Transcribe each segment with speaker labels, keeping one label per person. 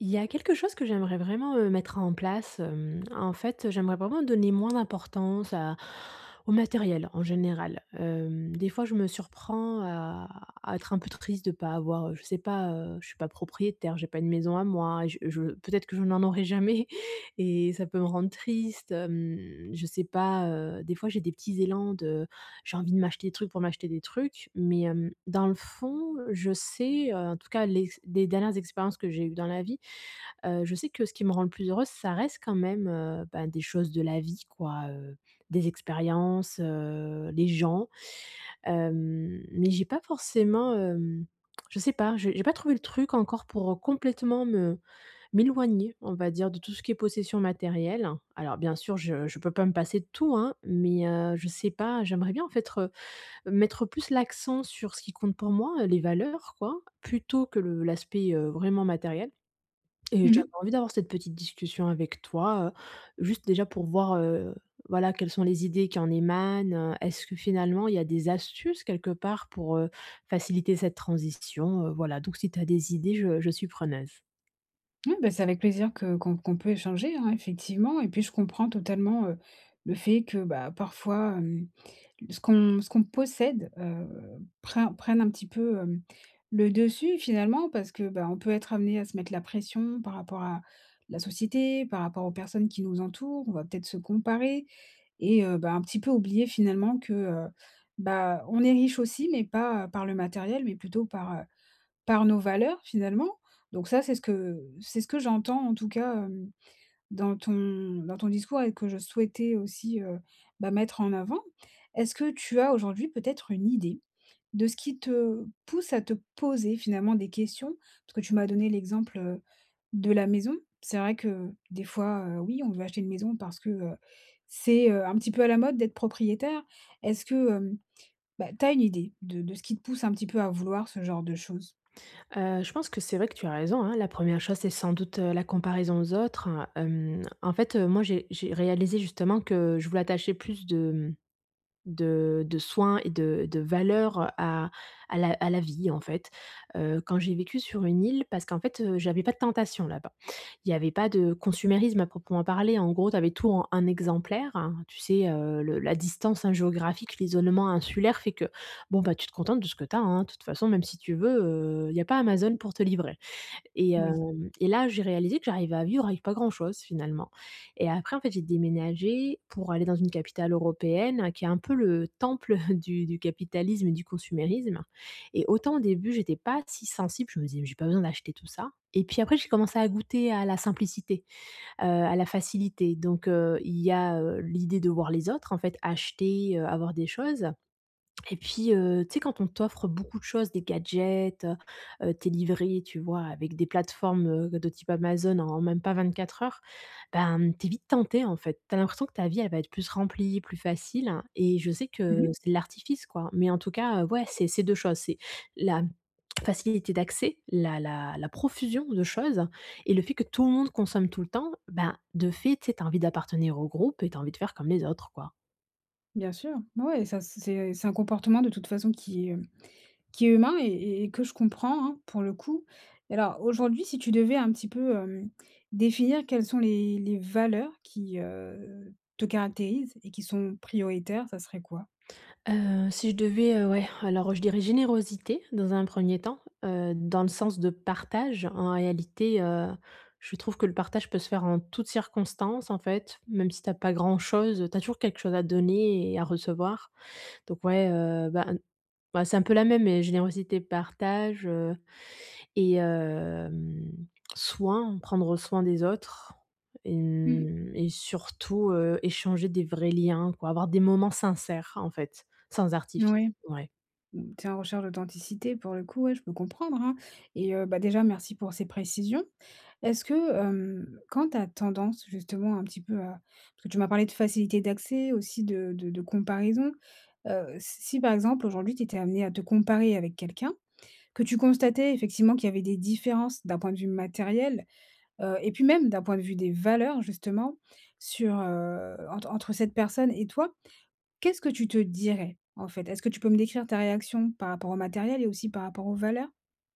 Speaker 1: Il y a quelque chose que j'aimerais vraiment, mettre en place, en fait, j'aimerais vraiment donner moins d'importance à au matériel en général. Des fois je me surprends à être un peu triste de pas avoir, je sais pas, je suis pas propriétaire, j'ai pas une maison à moi, je peut-être que je n'en aurai jamais et ça peut me rendre triste, je sais pas, des fois j'ai des petits élans de j'ai envie de m'acheter des trucs pour m'acheter des trucs, mais, dans le fond, je sais, en tout cas les dernières expériences que j'ai eues dans la vie, je sais que ce qui me rend le plus heureuse, ça reste quand même, ben, des choses de la vie quoi, des expériences, les gens, mais j'ai pas forcément, je sais pas, j'ai pas trouvé le truc encore pour, complètement me m'éloigner, on va dire, de tout ce qui est possession matérielle. Alors bien sûr, je peux pas me passer de tout, hein, mais, je sais pas, j'aimerais bien en fait re mettre plus l'accent sur ce qui compte pour moi, les valeurs quoi, plutôt que le l'aspect, vraiment matériel. Et
Speaker 2: Mmh
Speaker 1: j'avais
Speaker 2: mh.
Speaker 1: envie d'avoir cette petite discussion avec toi, juste déjà pour voir, voilà, quelles sont les idées qui en émanent, est-ce que finalement il y a des astuces quelque part pour, faciliter cette transition? Voilà, donc si tu as des idées, je suis preneuse.
Speaker 2: Oui, bah, c'est avec plaisir que qu'on qu'on peut échanger, hein, effectivement et puis je comprends totalement, le fait que, bah, parfois, ce qu'on possède, prenne un petit peu, le dessus finalement parce que, bah, on peut être amené à se mettre la pression par rapport à la société, par rapport aux personnes qui nous entourent. On va peut-être se comparer et bah, un petit peu oublier finalement que, bah, on est riche aussi mais pas, par le matériel mais plutôt par, par nos valeurs finalement. Donc ça, c'est ce que j'entends en tout cas, dans ton discours et que je souhaitais aussi, bah, mettre en avant. Est-ce que tu as aujourd'hui peut-être une idée de ce qui te pousse à te poser finalement des questions? Parce que tu m'as donné l'exemple, de la maison. C'est vrai que des fois, oui, on veut acheter une maison parce que, c'est, un petit peu à la mode d'être propriétaire. Est-ce que, bah, tu as une idée de ce qui te pousse un petit peu à vouloir ce genre de choses?
Speaker 1: Je pense que c'est vrai que tu as raison, hein. La première chose, c'est sans doute, la comparaison aux autres. En fait, moi j'ai réalisé justement que je voulais attacher plus de soins et de valeur à la vie, en fait. Quand j'ai vécu sur une île parce qu'en fait, j'avais pas de tentation là-bas. Il y avait pas de consumérisme à proprement parler. En gros, tu avais tout en un exemplaire, hein. Tu sais, le la distance, hein, géographique, l'isolement insulaire fait que, bon, bah, tu te contentes de ce que tu as, hein. De toute façon, même si tu veux, il y a pas Amazon pour te livrer. Et
Speaker 2: Oui.
Speaker 1: hem et là, j'ai réalisé que j'arrivais à vivre avec pas grand-chose finalement et après en fait, j'ai déménagé pour aller dans une capitale européenne qui est un peu le temple du capitalisme et du consumérisme et autant au début, j'étais pas si sensible, je me disais: «Mais j'ai pas besoin d'acheter tout ça» et puis après, j'ai commencé à goûter à la simplicité, à la facilité donc il y a, l'idée de voir les autres en fait acheter, avoir des choses et puis, tu sais, quand on t'offre beaucoup de choses, des gadgets, tu livré, tu vois, avec des plateformes, de type Amazon en même pas 24 heures, ben, t'es vite tenté, en fait. T'as l'impression que ta vie, elle va être plus remplie, plus facile. Hein, et je sais que c'est de l'artifice, quoi. Mais en tout cas, ouais, c'est ces 2 choses, c'est la facilité d'accès, la profusion de choses et le fait que tout le monde consomme tout le temps, ben, de fait, tu sais, tu envie d'appartenir au groupe et tu envie de faire comme les autres, quoi.
Speaker 2: Bien sûr. Ouais, ça c'est un comportement de toute façon qui est humain et que je comprends, hein, pour le coup. Et alors aujourd'hui, si tu devais un petit peu, définir quelles sont les valeurs qui, te caractérisent et qui sont prioritaires, ça serait quoi?
Speaker 1: Si je devais, ouais, alors je dirais générosité dans un premier temps, dans le sens de partage. En réalité, je trouve que le partage peut se faire en toutes circonstances en fait, même si tu as pas grand chose, tu as toujours quelque chose à donner et à recevoir. Donc ouais, bah, n bah, c'est un peu la même, mais générosité, partage, et soin, prendre soin des autres et
Speaker 2: Mmh mh.
Speaker 1: mmh et surtout, échanger des vrais liens quoi, avoir des moments sincères en fait, sans artifice.
Speaker 2: Ouais,
Speaker 1: Ouais.
Speaker 2: mmh, tu es en recherche d'authenticité pour le coup, ouais, je peux comprendre, hein, et bah, déjà merci pour ces précisions. Est-ce que, quand tu as tendance justement un petit peu à, parce que tu m'as parlé de facilité d'accès, aussi de comparaison, si par exemple aujourd'hui tu étais amenée à te comparer avec quelqu'un, que tu constatais effectivement qu'il y avait des différences d'un point de vue matériel, et puis même d'un point de vue des valeurs justement sur, entre cette personne et toi, qu'est-ce que tu te dirais en fait? Est-ce que tu peux me décrire ta réaction par rapport au matériel et aussi par rapport aux valeurs?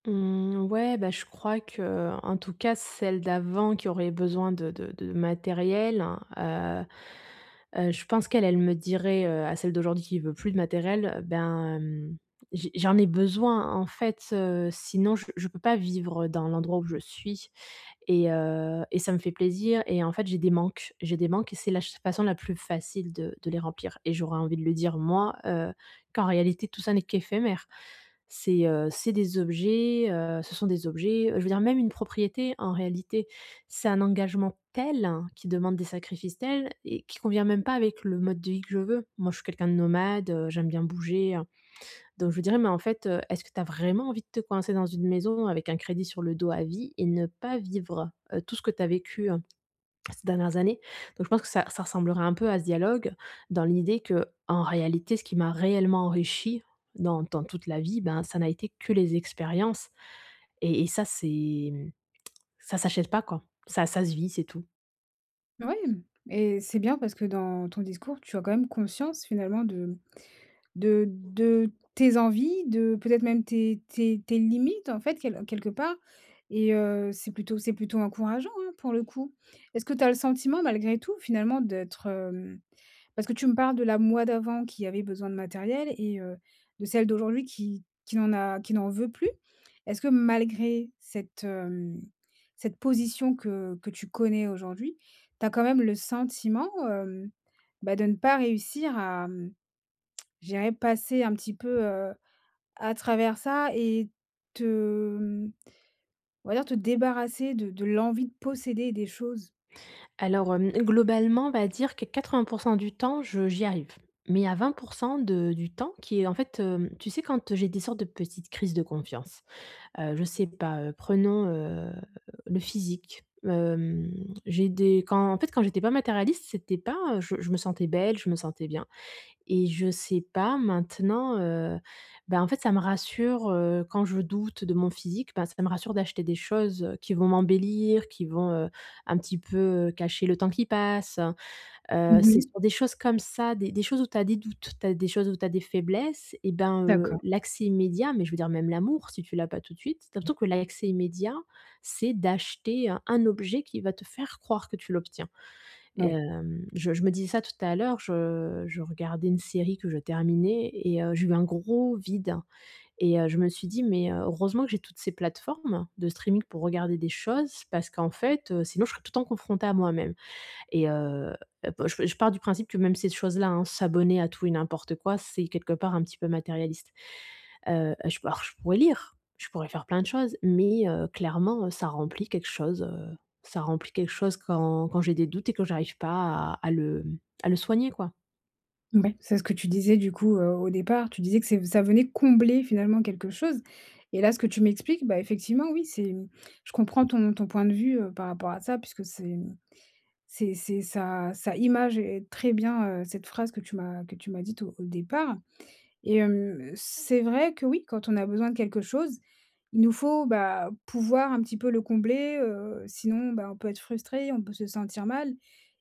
Speaker 1: Mmh, ouais, bah, je crois que en tout cas, celle d'avant qui aurait besoin de de matériel, heu je pense qu'elle, elle me dirait, à celle d'aujourd'hui qui veut plus de matériel, ben, j'en ai besoin en fait, sinon je peux pas vivre dans l'endroit où je suis et ça me fait plaisir et en fait, j'ai des manques et c'est la ch façon la plus facile de les remplir et j'aurais envie de le dire moi, qu'en réalité tout ça n'est qu'éphémère. C'est des objets, ce sont des objets, je veux dire même une propriété en réalité, c'est un engagement tel, hein, qui demande des sacrifices tels et qui convient même pas avec le mode de vie que je veux. Moi je suis quelqu'un de nomade, j'aime bien bouger, donc je lui dirais: «Mais en fait, est-ce que tu as vraiment envie de te coincer dans une maison avec un crédit sur le dos à vie et ne pas vivre, tout ce que tu as vécu?» hein? Ces dernières années. Donc je pense que ça ressemblera un peu à ce dialogue, dans l'idée que en réalité, ce qui m'a réellement enrichi dans dans toute la vie, ben, ça n'a été que les expériences et ça, c'est mmh, ça s'achète pas, quoi. Ça se vit, c'est tout.
Speaker 2: Oui, et c'est bien parce que dans ton discours, tu as quand même conscience finalement de tes envies, de peut-être même tes limites en fait quel quelque part et c'est plutôt encourageant, hein, pour le coup. Est-ce que tu as le sentiment malgré tout finalement d'être, parce que tu me parles de la moi d'avant qui avait besoin de matériel et de celle d'aujourd'hui qui n'en veut plus. Est-ce que malgré cette, cette position que tu connais aujourd'hui, tu as quand même le sentiment, bah, de ne pas réussir à, mmh, je dirais passer un petit peu, à travers ça et te, mmh, on va dire te débarrasser de l'envie de posséder des choses?
Speaker 1: Alors, globalement, on va dire que 80 du temps, je j'y arrive. Mais il y a 20 de du temps qui est en fait, tu sais quand j'ai des sortes de petites crises de confiance? Je sais pas, prenons, le physique. J'ai des quand en fait, quand j'étais pas matérialiste, c'était pas, je me sentais belle, je me sentais bien et je sais pas maintenant, bah, en fait, ça me rassure, quand je doute de mon physique, ben ça me rassure d'acheter des choses, qui vont m'embellir, qui vont, un petit peu, cacher le temps qui passe.
Speaker 2: Mmh
Speaker 1: C'est
Speaker 2: mh.
Speaker 1: sur des choses comme ça, des choses où tu as des doutes, tu as des choses où tu as des faiblesses et ben,
Speaker 2: D'accord,
Speaker 1: l'accès immédiat, mais je veux dire même l'amour, si tu l'as pas tout de suite, tu as l'impression que l'accès immédiat, c'est d'acheter un objet qui va te faire croire que tu l'obtiens.
Speaker 2: oui.
Speaker 1: Je me disais ça tout à l'heure, je regardais une série que je terminais et j'ai eu un gros vide et je me suis dit: «Mais, heureusement que j'ai toutes ces plateformes de streaming pour regarder des choses parce qu'en fait, sinon je serais tout le temps confrontée à moi-même». Et heu, je pars du principe que même ces choses-là, hein, s'abonner à tout et n'importe quoi, c'est quelque part un petit peu matérialiste. Je alors je pourrais lire, je pourrais faire plein de choses, mais clairement, ça remplit quelque chose, ça remplit quelque chose quand j'ai des doutes et que j'arrive pas à à le soigner, quoi.
Speaker 2: Ouais, c'est ce que tu disais du coup, au départ. Tu disais que c'est ça venait combler finalement quelque chose et là, ce que tu m'expliques, bah, effectivement, oui, c'est mmh, je comprends ton point de vue, par rapport à ça, puisque c'est mmh, c'est ça ça image, est très bien, cette phrase que tu m'as dite au départ et c'est vrai que oui, quand on a besoin de quelque chose, il nous faut, bah, pouvoir un petit peu le combler, sinon, bah, on peut être frustré, on peut se sentir mal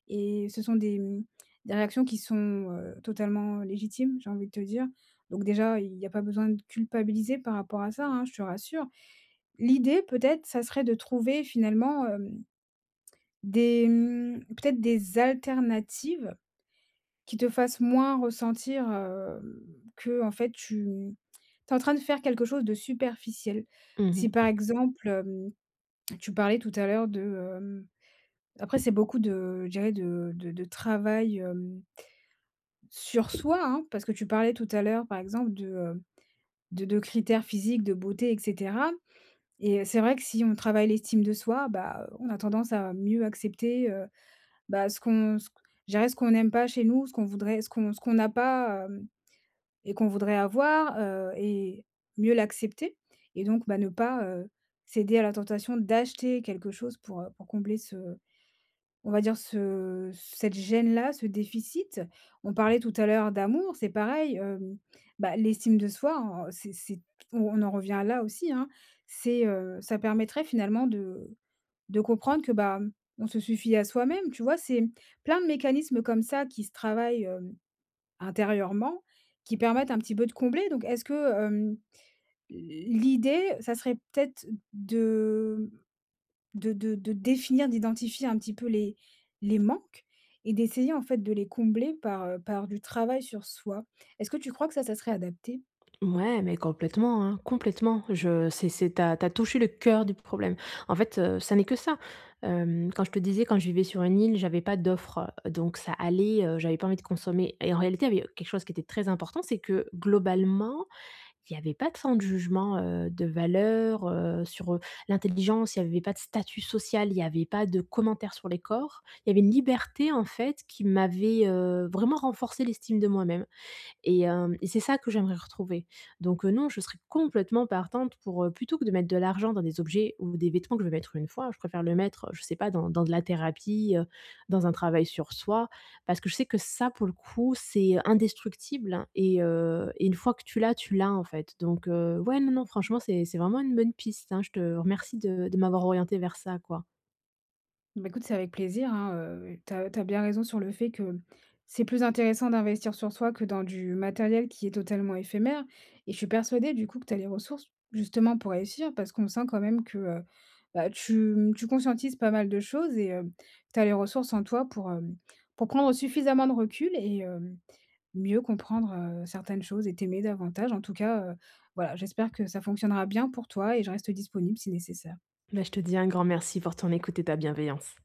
Speaker 2: et ce sont des, mmh, des réactions qui sont, totalement légitimes, j'ai envie de te dire. Donc déjà, il n'y a pas besoin de culpabiliser par rapport à ça, hein, je te rassure. L'idée peut-être, ça serait de trouver finalement, des, mmh, peut-être des alternatives qui te fasse moins ressentir, que en fait tu es en train de faire quelque chose de superficiel.
Speaker 1: Mmh.
Speaker 2: Si par exemple, tu parlais tout à l'heure de, hem après c'est beaucoup de, je dirais de travail, sur soi, hein, parce que tu parlais tout à l'heure par exemple de, de critères physiques, de beauté et cetera, et c'est vrai que si on travaille l'estime de soi, bah, on a tendance à mieux accepter, bah, ce qu'on ce je dirais ce qu'on n'aime pas chez nous, ce qu'on voudrait ce qu'on n'a pas, et qu'on voudrait avoir, et mieux l'accepter, et donc bah, ne pas, céder à la tentation d'acheter quelque chose pour combler ce, on va dire ce cette gêne-là, ce déficit. On parlait tout à l'heure d'amour, c'est pareil, bah, l'estime de soi, en c'est on en revient là aussi, hein. C'est, ça permettrait finalement de comprendre que, bah, on se suffit à soi-même, tu vois? C'est plein de mécanismes comme ça qui se travaillent, hem intérieurement, qui permettent un petit peu de combler. Donc est-ce que, l'idée, ça serait peut-être de de définir, d'identifier un petit peu les manques et d'essayer en fait de les combler par, par du travail sur soi. Est-ce que tu crois que ça serait adapté?
Speaker 1: Ouais, mais complètement, hein, complètement. Je c'est t'as, t'as touché le cœur du problème. En fait, ça n'est que ça. Quand je te disais, quand je vivais sur une île, j'avais pas d'offres, donc ça allait, j'avais pas envie de consommer et en réalité, il y avait quelque chose qui était très important, c'est que globalement, il y avait pas tant de jugement, de valeur, sur, l'intelligence, il y avait pas de statut social, il y avait pas de commentaires sur les corps. Il y avait une liberté, en fait, qui m'avait, vraiment renforcé l'estime de moi-même. Et c'est ça que j'aimerais retrouver. Donc non, je serais complètement partante pour, plutôt que de mettre de l'argent dans des objets ou des vêtements que je vais mettre une fois, je préfère le mettre, je sais pas, dans dans de la thérapie, dans un travail sur soi. Parce que je sais que ça, pour le coup, c'est indestructible hein, et une fois que tu l'as, en fait. Donc ouais, non, non, franchement, c'est vraiment une bonne piste, hein. Je te remercie de m'avoir orientée vers ça, quoi.
Speaker 2: Bah, écoute, c'est avec plaisir, hein, tu as bien raison sur le fait que c'est plus intéressant d'investir sur soi que dans du matériel qui est totalement éphémère, et je suis persuadée du coup que tu as les ressources justement pour réussir, parce qu'on sent quand même que, bah, tu, mmh, tu conscientises pas mal de choses et tu as les ressources en toi pour, pour prendre suffisamment de recul et mieux comprendre, certaines choses et t'aimer davantage. En tout cas, voilà, j'espère que ça fonctionnera bien pour toi et je reste disponible si nécessaire.
Speaker 1: Bah, je te dis un grand merci pour ton écoute et ta bienveillance.